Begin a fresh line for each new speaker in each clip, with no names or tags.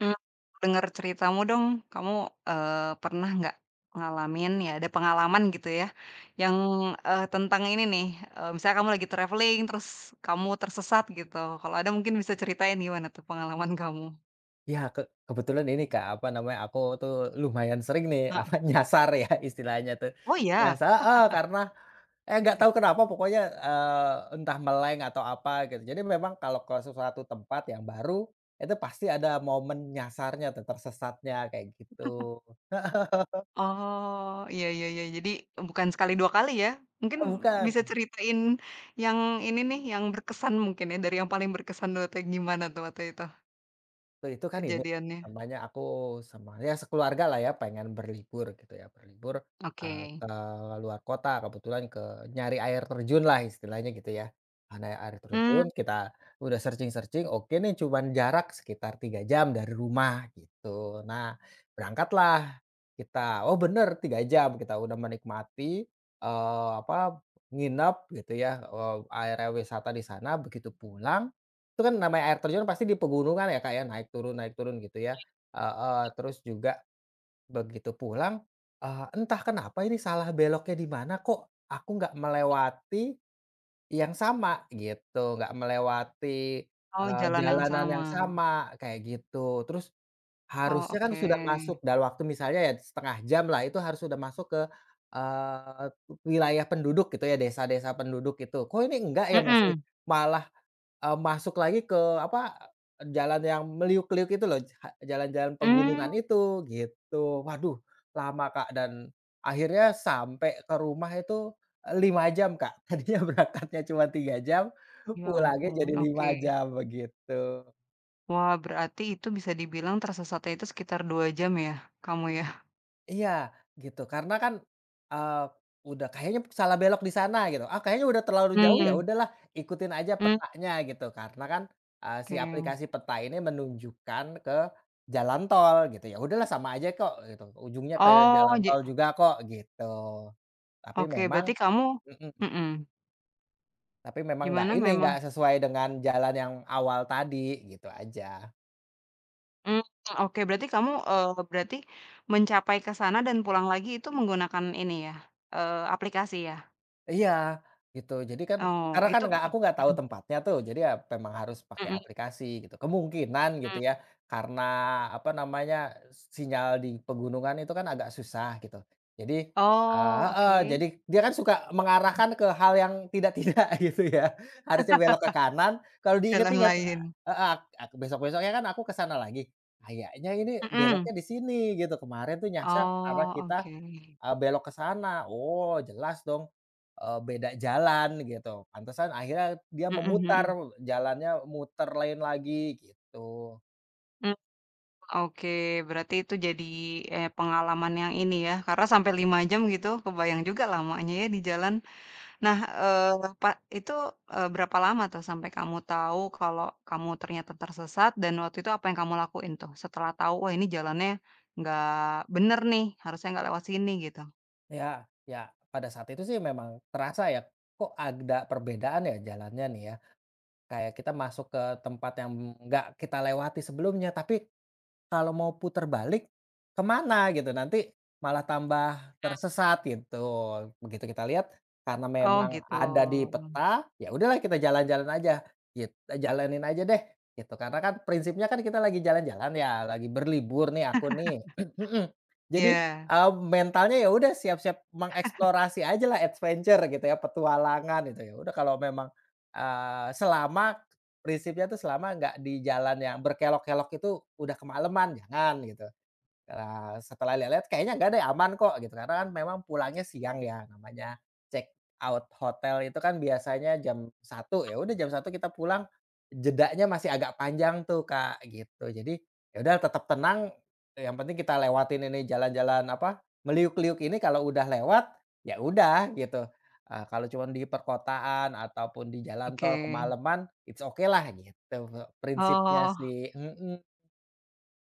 Mmm, Denger ceritamu dong, kamu, pernah nggak ngalamin ya, ada pengalaman gitu ya, yang, tentang ini nih, misalnya kamu lagi traveling, terus kamu tersesat gitu. Kalau ada mungkin bisa ceritain gimana tuh pengalaman kamu?
Ya ke kebetulan ini Kak, apa namanya, aku tuh lumayan sering nih,
Heeh.
apa, nyasar ya istilahnya tuh.
Oh iya?
Nyasar, heeh, karena nggak tahu
Oke.
kenapa pokoknya, entah meleng atau apa gitu. Jadi memang kalau ke suatu tempat yang baru, itu pasti ada momen nyasarnya tuh, tersesatnya kayak gitu.
Oh, iya iya iya, jadi bukan sekali dua kali ya. Mungkin bisa
Bukan.
ceritain yang ini nih, yang berkesan mungkin ya, dari yang paling berkesan dulu tuh, gimana tuh waktu itu
Waktu itu kan ini,
kejadiannya?
namanya aku sama ya sekeluarga lah ya pengen berlibur gitu ya, berlibur,
Oke.
ke luar kota kebetulan ke nyari air terjun lah istilahnya gitu ya. Karena air
Mmm,
terjun kita udah searching-searching, oke nih cuman jarak sekitar 3 jam dari rumah gitu. Nah, berangkatlah kita, oh bener 3 jam kita udah menikmati, eee, apa, nginep gitu ya, area wisata di sana. Begitu pulang itu kan namanya air terjun pasti di pegunungan ya, Kak, ya, naik turun gitu ya, heeh, terus juga begitu pulang, entah kenapa ini salah beloknya di mana kok aku nggak melewati yang sama gitu, nggak melewati,
oh, jalan yang
jalanan yang
sama.
sama kayak gitu. Terus
Oh,
harusnya kan
oke.
sudah masuk dalam waktu misalnya ya setengah jam lah itu harus sudah masuk ke, eee, wilayah penduduk gitu ya, desa-desa penduduk itu. Kok ini enggak ya masih
Mhm,
malah masuk lagi ke apa, jalan yang meliuk-liuk itu loh, jalan-jalan pegunungan
mmm,
itu, gitu. Waduh, lama Kak, dan akhirnya sampai ke rumah itu, 5 jam Kak. Tadinya berangkatnya cuma 3 jam,
ya
pulangnya
ampun,
jadi 5
oke.
jam, begitu.
Wah, berarti itu bisa dibilang tersesatnya itu sekitar 2 jam ya, kamu ya?
Iya, gitu. Karena kan, eee, udah kayaknya salah belok di sana gitu, ah, kayaknya udah terlalu jauh ya
Mmm,
udahlah ikutin aja
mmm,
petanya gitu. Karena kan, si
oke.
aplikasi peta ini menunjukkan ke jalan tol gitu, ya udahlah sama aja kok gitu, ujungnya ke
Oh,
jalan tol juga kok gitu. Tapi
oke,
memang,
berarti kamu,
mhm,
mhm,
tapi memang nggak
gimana
ini,
memang,
nggak sesuai dengan jalan yang awal tadi, gitu aja.
mmm, oke, berarti kamu, berarti mencapai ke sana dan pulang lagi itu menggunakan ini ya, aplikasi ya?
Iya, gitu. Jadi kan
Oh,
karena kan
itu.
nggak aku nggak tahu
Mhm
tempatnya tuh, jadi ya memang harus pakai
mhm mhm
aplikasi gitu. Kemungkinan gitu
mhm.
ya, karena apa namanya, sinyal di pegunungan itu kan agak susah gitu. Jadi
Oh,
heeh,
oke.
jadi dia kan suka
Mhm,
mengarahkan ke hal yang tidak-tidak gitu ya. Harusnya belok ke kanan, kalau
jalan
diingat-ingat,
lain.
heeh, besok-besoknya kan aku ke sana lagi, "Kayaknya ini
Mhm.
beloknya di sini," gitu. Kemarin tuh nyasar karena
Oh,
kita
oke.
Belok ke sana, oh jelas dong, beda jalan gitu, pantesan akhirnya dia
Mhm
memutar,
mhm.
jalannya muter lain lagi gitu.
Mmm, oke, berarti itu jadi, pengalaman yang ini ya, karena sampai 5 jam gitu, kebayang juga lamanya ya di jalan. Nah, eee, pa itu, berapa lama tuh sampai kamu tahu kalau kamu ternyata tersesat dan waktu itu apa yang kamu lakuin tuh setelah tahu, "Wah, ini jalannya nggak bener nih, harusnya nggak lewat sini," gitu?
Ya pada saat itu sih memang terasa ya, kok ada perbedaan ya jalannya nih ya, kayak kita masuk ke tempat yang nggak kita lewati sebelumnya, tapi kalau mau putar balik, kemana gitu, nanti malah tambah tersesat gitu. Begitu kita lihat, karena
Oh,
memang
gitu.
ada di peta, ya udahlah kita jalan-jalan aja, kita jalanin aja deh, gitu. Karena kan prinsipnya kan kita lagi jalan-jalan ya, lagi berlibur nih aku nih mhm. Jadi,
Iya.
mentalnya ya udah siap-siap mengeksplorasi aja lah adventure gitu ya, petualangan gitu, ya udah kalau memang, selama prinsipnya tuh selama nggak di jalan yang berkelok-kelok itu udah kemaleman, jangan gitu. Setelah lihat-lihat kayaknya nggak ada aman kok gitu, karena kan memang pulangnya siang ya, namanya check out hotel itu kan biasanya jam 1 ya udah jam 1 kita pulang, jedanya masih agak panjang tuh, Kak, gitu. Jadi, ya udah tetap tenang, yang penting kita lewatin ini jalan-jalan apa, meliuk-liuk ini kalau udah lewat, ya udah gitu. Kalau cuma di perkotaan ataupun di jalan
Oke.
tol kemalaman, it's okay lah gitu, prinsipnya
Oh.
sih. Mhm,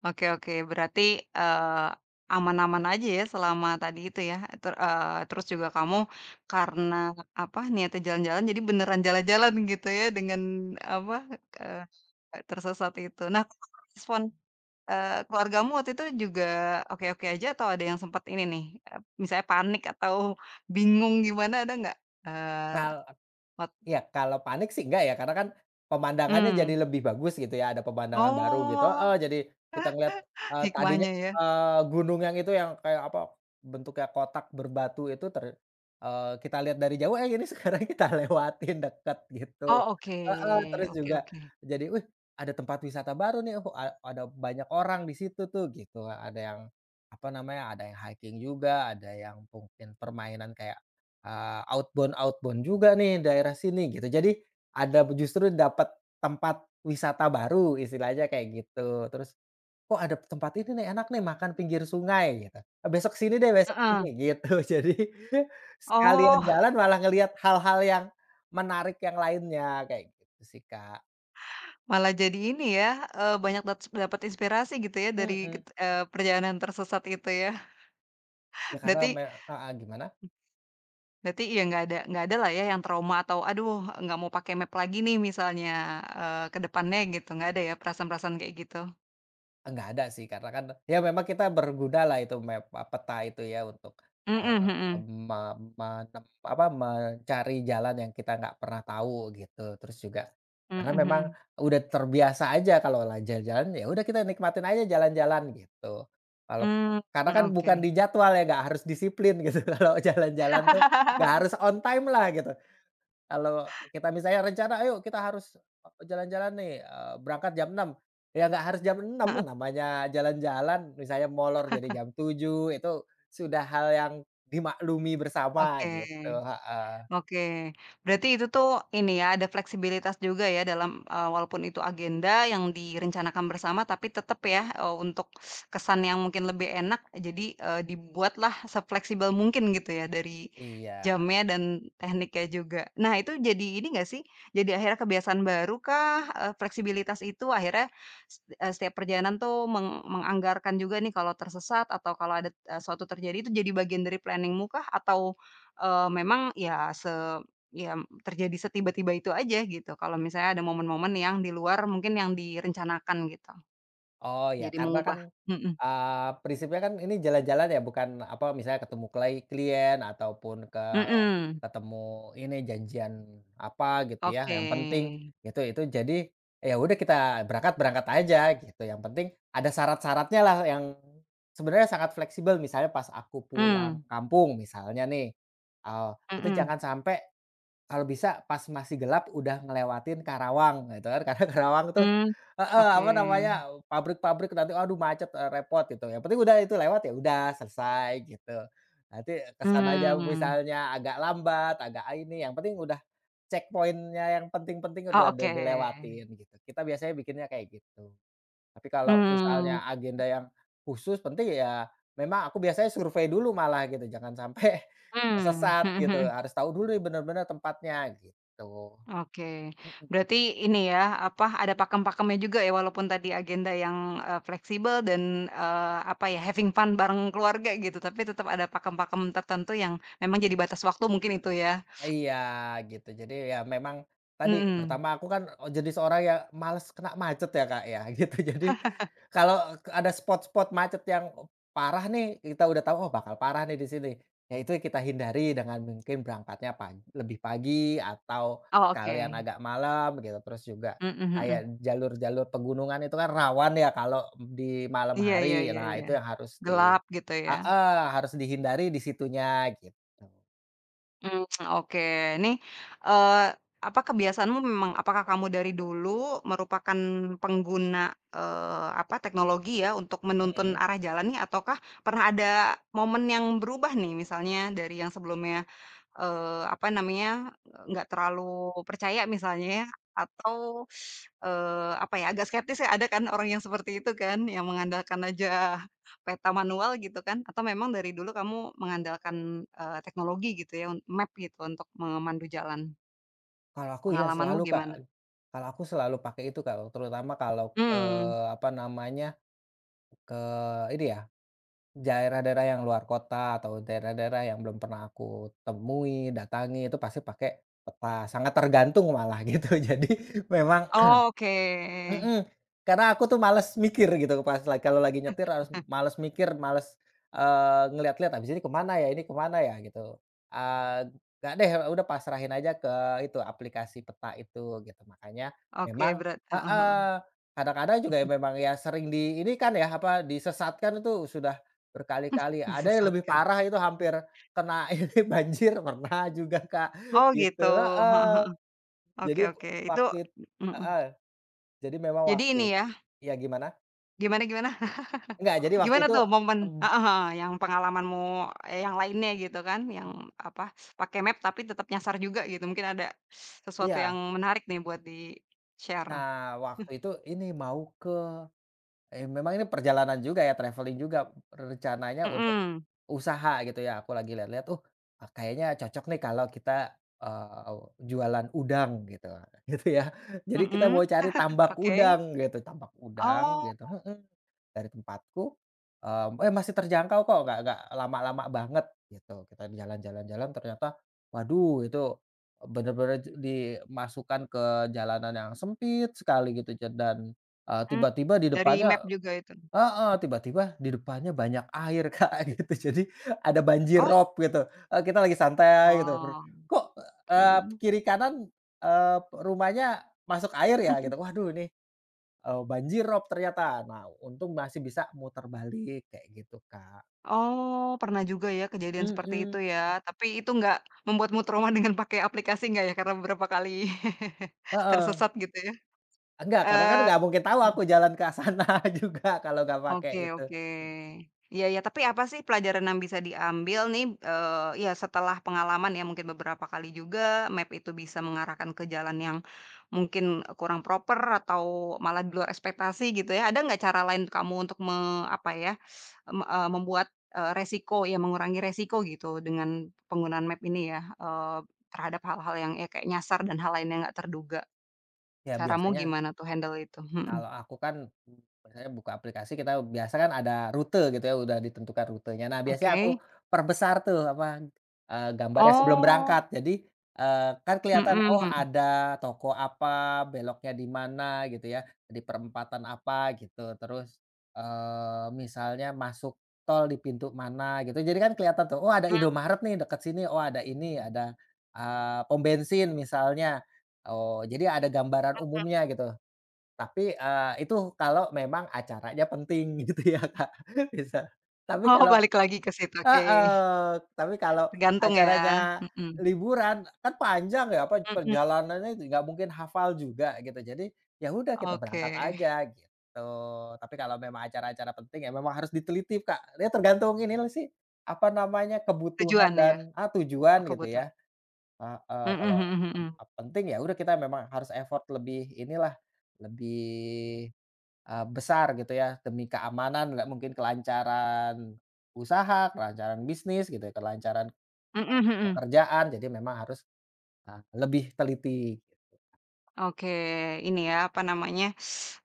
Oke oke, berarti, eee, aman-aman aja ya selama tadi itu ya, terus juga kamu karena apa, niatnya jalan-jalan jadi beneran jalan-jalan gitu ya dengan apa, eee, tersesat itu. Nah, respon, keluargamu waktu itu juga oke-oke aja atau ada yang sempat ini nih, misalnya panik atau bingung gimana ada nggak? Eee,
kal
wat
iya, kalau panik sih enggak ya, karena kan pemandangannya jadi
mmm,
lebih bagus gitu ya, ada pemandangan baru gitu.
oh,
Oh jadi kita ngelihat, eee, tadinya,
hikmahnya ya.
gunung yang itu yang kayak apa, bentuknya kotak berbatu itu kita lihat dari jauh, eh, ini sekarang kita lewatin deket gitu.
Oh, oke,
Heeh, terus
oke
juga
oke.
jadi, "Wih, ada tempat wisata baru nih, oh, ada banyak orang di situ tuh," gitu. Ada yang apa namanya, ada yang hiking juga, ada yang mungkin permainan kayak outbound-outbound juga nih daerah sini gitu. Jadi ada justru dapat tempat wisata baru istilahnya kayak gitu. Terus, "Kok ada tempat ini nih enak nih makan pinggir sungai," gitu, "Ah, besok sini deh, besok
Heeh.
sini," gitu. Jadi sekalian
Oh.
jalan malah ngelihat hal-hal yang menarik yang lainnya kayak gitu sih, Kak.
Malah jadi ini ya, banyak dapat inspirasi gitu ya dari
Mhm,
perjalanan tersesat itu ya.
ya karena
Berarti
heeh, gimana?
berarti ya nggak ada lah ya yang trauma atau, "Aduh nggak mau pakai map lagi nih," misalnya, ke depannya gitu, nggak ada ya perasaan-perasaan kayak gitu?
Enggak ada sih karena kan ya memang kita berguna lah itu map, peta itu ya untuk,
Mhm
eee,
mhm.
me menem apa, mencari jalan yang kita nggak pernah tahu gitu. Terus juga karena
Mhm
memang
mhm.
udah terbiasa aja kalau lah jalan-jalan, ya udah kita nikmatin aja jalan-jalan gitu. Kalau
Mmm,
karena kan
oke.
bukan di jadwal ya, nggak harus disiplin gitu kalau jalan-jalan tuh nggak harus on time-lah gitu. Kalau kita misalnya rencana, "Ayo kita harus, eh, jalan-jalan nih, berangkat jam 6." Ya nggak harus jam 6,
Heeh,
namanya jalan-jalan, misalnya molor jadi jam 7, itu sudah hal yang dimaklumi bersama
oke.
gitu, heeh.
Oke, berarti itu tuh ini ya, ada fleksibilitas juga ya dalam, walaupun itu agenda yang direncanakan bersama tapi tetap ya, untuk kesan yang mungkin lebih enak jadi, dibuatlah sefleksibel mungkin gitu ya dari
Iya.
jamnya dan tekniknya juga. Nah itu jadi ini nggak sih, jadi akhirnya kebiasaan baru kah, fleksibilitas itu akhirnya setiap perjalanan tuh menganggarkan juga nih kalau tersesat atau kalau ada, suatu terjadi itu jadi bagian dari planning-mu kah? Atau memang ya se ya terjadi setiba-tiba itu aja gitu, kalau misalnya ada momen-momen yang di luar mungkin yang direncanakan gitu,
Oh ya,
jadi
karena kan,
mengubah. Mhm,
prinsipnya kan ini jalan-jalan ya, bukan apa, misalnya ketemu klien ataupun ke
mhm,
ketemu ini janjian apa gitu ya,
oke.
yang penting gitu itu jadi, ya udah kita berangkat berangkat aja gitu, yang penting ada syarat-syaratnya lah yang sebenarnya sangat fleksibel. Misalnya pas aku pulang
Mmm,
kampung misalnya nih, eee, itu
mhm,
jangan sampai kalau bisa pas masih gelap udah ngelewatin Karawang gitu kan, karena Karawang tuh
mmm,
heeh,
oke.
apa namanya, pabrik-pabrik nanti aduh macet, repot gitu, yang penting udah itu lewat ya udah selesai gitu. Nanti ke sananya
Mmm,
misalnya agak lambat, agak ini, yang penting udah checkpoint-nya yang penting-penting udah
oh
udah
oke.
dilewatin gitu. Kita biasanya bikinnya kayak gitu. Tapi kalau
Mmm,
misalnya agenda yang khusus penting ya memang aku biasanya survei dulu malah gitu, jangan sampai
mmm,
tersesat
mhm
gitu,
mhm.
harus tahu dulu nih bener tempatnya gitu.
Oke, berarti ini ya, apa, ada pakem-pakemnya juga ya walaupun tadi agenda yang, fleksibel dan, apa ya, having fun bareng keluarga gitu, tapi tetap ada pakem-pakem tertentu yang memang jadi batas waktu mungkin itu ya?
Iya, gitu. Jadi ya memang tadi
Mhm.
pertama aku kan jenis orang yang males kena macet ya, Kak, ya, gitu. Jadi kalau ada spot-spot macet yang parah nih, kita udah tahu, "Oh, bakal parah nih di sini." Ya itu kita hindari dengan mungkin berangkatnya lebih pagi atau
Oh, oke.
kalian agak malam gitu. Terus juga
Mhm mhm.
kayak jalur-jalur pegunungan itu kan rawan ya kalau di malam
Iya iya
hari.
iya
Nah,
iya.
itu yang harus
Gelap gitu ya?
harus dihindari di situnya gitu.
Mmm, oke. Nih, eee, apa kebiasaanmu memang apakah kamu dari dulu merupakan pengguna, apa, teknologi ya untuk menuntun
Mhm.
arah jalan nih ataukah pernah ada momen yang berubah nih misalnya dari yang sebelumnya, apa namanya, nggak terlalu percaya misalnya ya atau, apa ya, agak skeptis ya ada kan orang yang seperti itu kan yang mengandalkan aja peta manual gitu kan? Atau memang dari dulu kamu mengandalkan, teknologi gitu ya, map gitu untuk memandu jalan?
Kalau aku ya
Pengalamanmu
selalu, Kak.
gimana?
Kalau aku selalu pakai itu, Kak, terutama kalau ke
Mmm.
apa namanya, ke ini ya, daerah-daerah yang luar kota atau daerah-daerah yang belum pernah aku temui, datangi, itu pasti pakai peta. Sangat tergantung malah gitu. Jadi memang,
Oh, oke.
mhm, karena aku tuh males mikir gitu pas la kalau lagi nyetir harus males mikir, males, ngelihat-lihat habis ini kemana ya gitu, eee, nggak deh udah pasrahin aja ke itu aplikasi peta itu gitu, makanya
Oke,
memang,
berat heeh heeh,
heeh, kadang-kadang juga ya memang ya sering di ini kan ya apa disesatkan itu sudah berkali-kali, ada yang lebih
disesatkan.
parah itu hampir kena ini banjir pernah juga Kak
Oh
gitu,
gitu, heeh
heeh,
heeh. Oke
jadi
oke, itu
waktu it
mhm.
heeh. Jadi memang
Jadi ini
waktu
ya
ya gimana?
gimana gimana?
Enggak, jadi waktu
Gimana
itu,
tuh momen
mmm,
heeh heeh, yang pengalamanmu, yang lainnya gitu kan, yang apa, pakai map tapi tetap nyasar juga gitu, mungkin ada sesuatu yang
iya.
menarik nih buat di-share?
Nah, waktu itu ini mau ke, eh, memang ini perjalanan juga ya, traveling juga, rencananya untuk
Mhm.
usaha gitu ya, aku lagi lihat-lihat, ah, kayaknya cocok nih kalau kita, eee, jualan udang," gitu, gitu ya. Jadi kita
Mhm,
mau cari tambak
oke.
udang gitu, tambak udang
Oh,
gitu, mhm, dari tempatku, mmm, eh, masih terjangkau kok, nggak lama-lama banget gitu. Kita jalan jalan jalan ternyata, waduh itu bener-bener dimasukkan ke jalanan yang sempit sekali gitu dan, eee,
mmm,
tiba-tiba di
dari map
depannya
juga itu?
Heeh, tiba-tiba di depannya banyak air, Kak, gitu. Jadi ada banjir
Oh,
rob gitu, kita lagi santai gitu,
wah,
kok,
oke.
kiri kanan, rumahnya masuk air ya gitu, waduh ini, banjir rob ternyata. Nah, untung masih bisa muter balik kayak gitu, Kak.
Oh, pernah juga ya kejadian seperti itu
Mhm.
ya, tapi itu nggak membuatmu trauma dengan pakai aplikasi nggak ya? Karena beberapa kali
Heeh,
tersesat gitu ya?
enggak, karena kan
Eee
nggak mungkin tahu aku jalan ke sana juga kalau nggak pakai
Oke
itu.
oke.
Mhm,
Iya iya, tapi apa sih pelajaran yang bisa diambil nih, ya setelah pengalaman ya mungkin beberapa kali juga map itu bisa mengarahkan ke jalan yang mungkin kurang proper atau malah di luar ekspektasi gitu ya, ada nggak cara lain kamu untuk apa ya, membuat, resiko ya mengurangi resiko gitu dengan penggunaan map ini ya, terhadap hal-hal yang ya kayak nyasar dan hal lain yang nggak terduga.
ya
Caramu
biasanya,
gimana tuh handle itu? Mhm,
kalau aku kan, biasanya buka aplikasi kita biasa kan ada rute gitu ya, udah ditentukan rutenya. Nah, biasanya aku
oke.
perbesar tuh apa, gambarnya sebelum
Oh,
berangkat. Jadi, kan kelihatan, oh
mhm.
ada toko apa, beloknya di mana gitu ya, di perempatan apa gitu. Terus, misalnya masuk tol di pintu mana gitu. Jadi kan kelihatan tuh, oh ada Indomaret nih dekat sini, oh ada ini, ada, pom bensin misalnya. Oh, jadi ada gambaran umumnya gitu. Tapi, itu kalau memang acaranya penting gitu ya, Kak, bisa. Tapi
Oh,
kalau,
balik lagi ke situ, oke.
heeh, tapi kalau
Tergantung ya?
acaranya
Mhm.
liburan, kan panjang ya, apa,
Mhm.
perjalanannya nggak mungkin hafal juga gitu. Jadi, ya udah kita berangkat
Oke,
aja gitu. Tapi kalau memang acara-acara penting, ya memang harus diteliti, Kak. Ya tergantung ini lah sih, apa namanya, kebutuhan
tujuan
dan,
ya?
ah,
Oh,
tujuan gitu
kebutuhan.
ya. Heeh,
Mhm
kalau
mhm mhm.
penting ya udah kita memang harus effort lebih inilah, lebih besar gitu ya, demi keamanan, nggak mungkin kelancaran usaha, kelancaran bisnis gitu ya, kelancaran,
Mhm mhm.
pekerjaan, jadi memang harus, lebih teliti.
Oke, ini ya, apa namanya,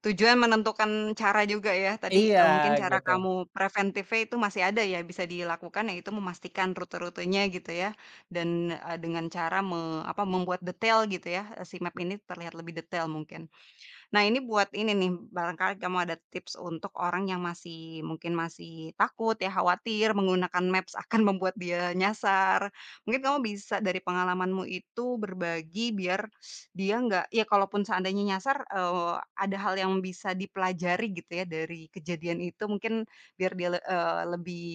tujuan menentukan cara juga ya. Tadi,
Iya,
mungkin cara
gitu.
kamu preventifnya itu masih ada ya, bisa dilakukan yaitu memastikan rute-rutenya gitu ya, dan, dengan cara apa, membuat detail gitu ya, si map ini terlihat lebih detail mungkin. Nah, ini buat ini nih, barangkali kamu ada tips untuk orang yang masih mungkin masih takut ya, khawatir menggunakan maps akan membuat dia nyasar. Mungkin kamu bisa dari pengalamanmu itu berbagi biar dia nggak ya kalaupun seandainya nyasar, ada hal yang bisa dipelajari gitu ya dari kejadian itu mungkin biar dia lebih,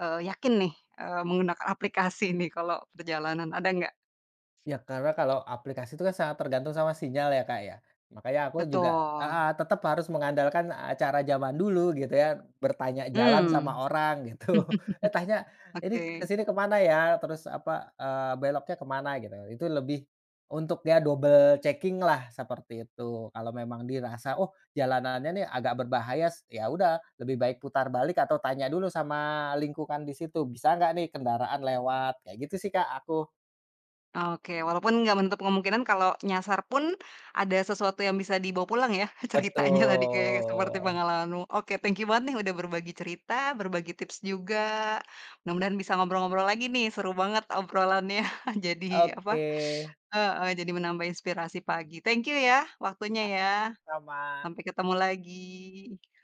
yakin nih, menggunakan aplikasi nih kalau perjalanan, ada nggak?
Ya karena kalau aplikasi itu kan sangat tergantung sama sinyal ya, Kak, ya. Makanya aku juga
Betul,
heeh, tetap harus mengandalkan cara zaman dulu gitu ya, bertanya jalan
mmm,
sama orang gitu. Eh, tanya, "Ini
oke.
ke sini ke ya?" Terus apa, "Beloknya kemana gitu." Itu lebih untuk ya double checking lah seperti itu. Kalau memang dirasa, "Oh, jalanannya nih agak berbahaya," ya udah lebih baik putar balik atau tanya dulu sama lingkungan di situ, "Bisa nggak nih kendaraan lewat?" Kayak gitu sih, Kak, aku.
Oke, walaupun nggak menutup kemungkinan kalau nyasar pun ada sesuatu yang bisa dibawa pulang ya, ceritanya tadi kayak seperti
Betul,
pengalamanmu. Oke, thank you banget nih udah berbagi cerita, berbagi tips juga. Mudah-mudahan bisa ngobrol-ngobrol lagi nih, seru banget obrolannya. Jadi apa,
oke.
heeh, jadi menambah inspirasi pagi. Thank you ya waktunya ya,
Sama.
sampai ketemu lagi.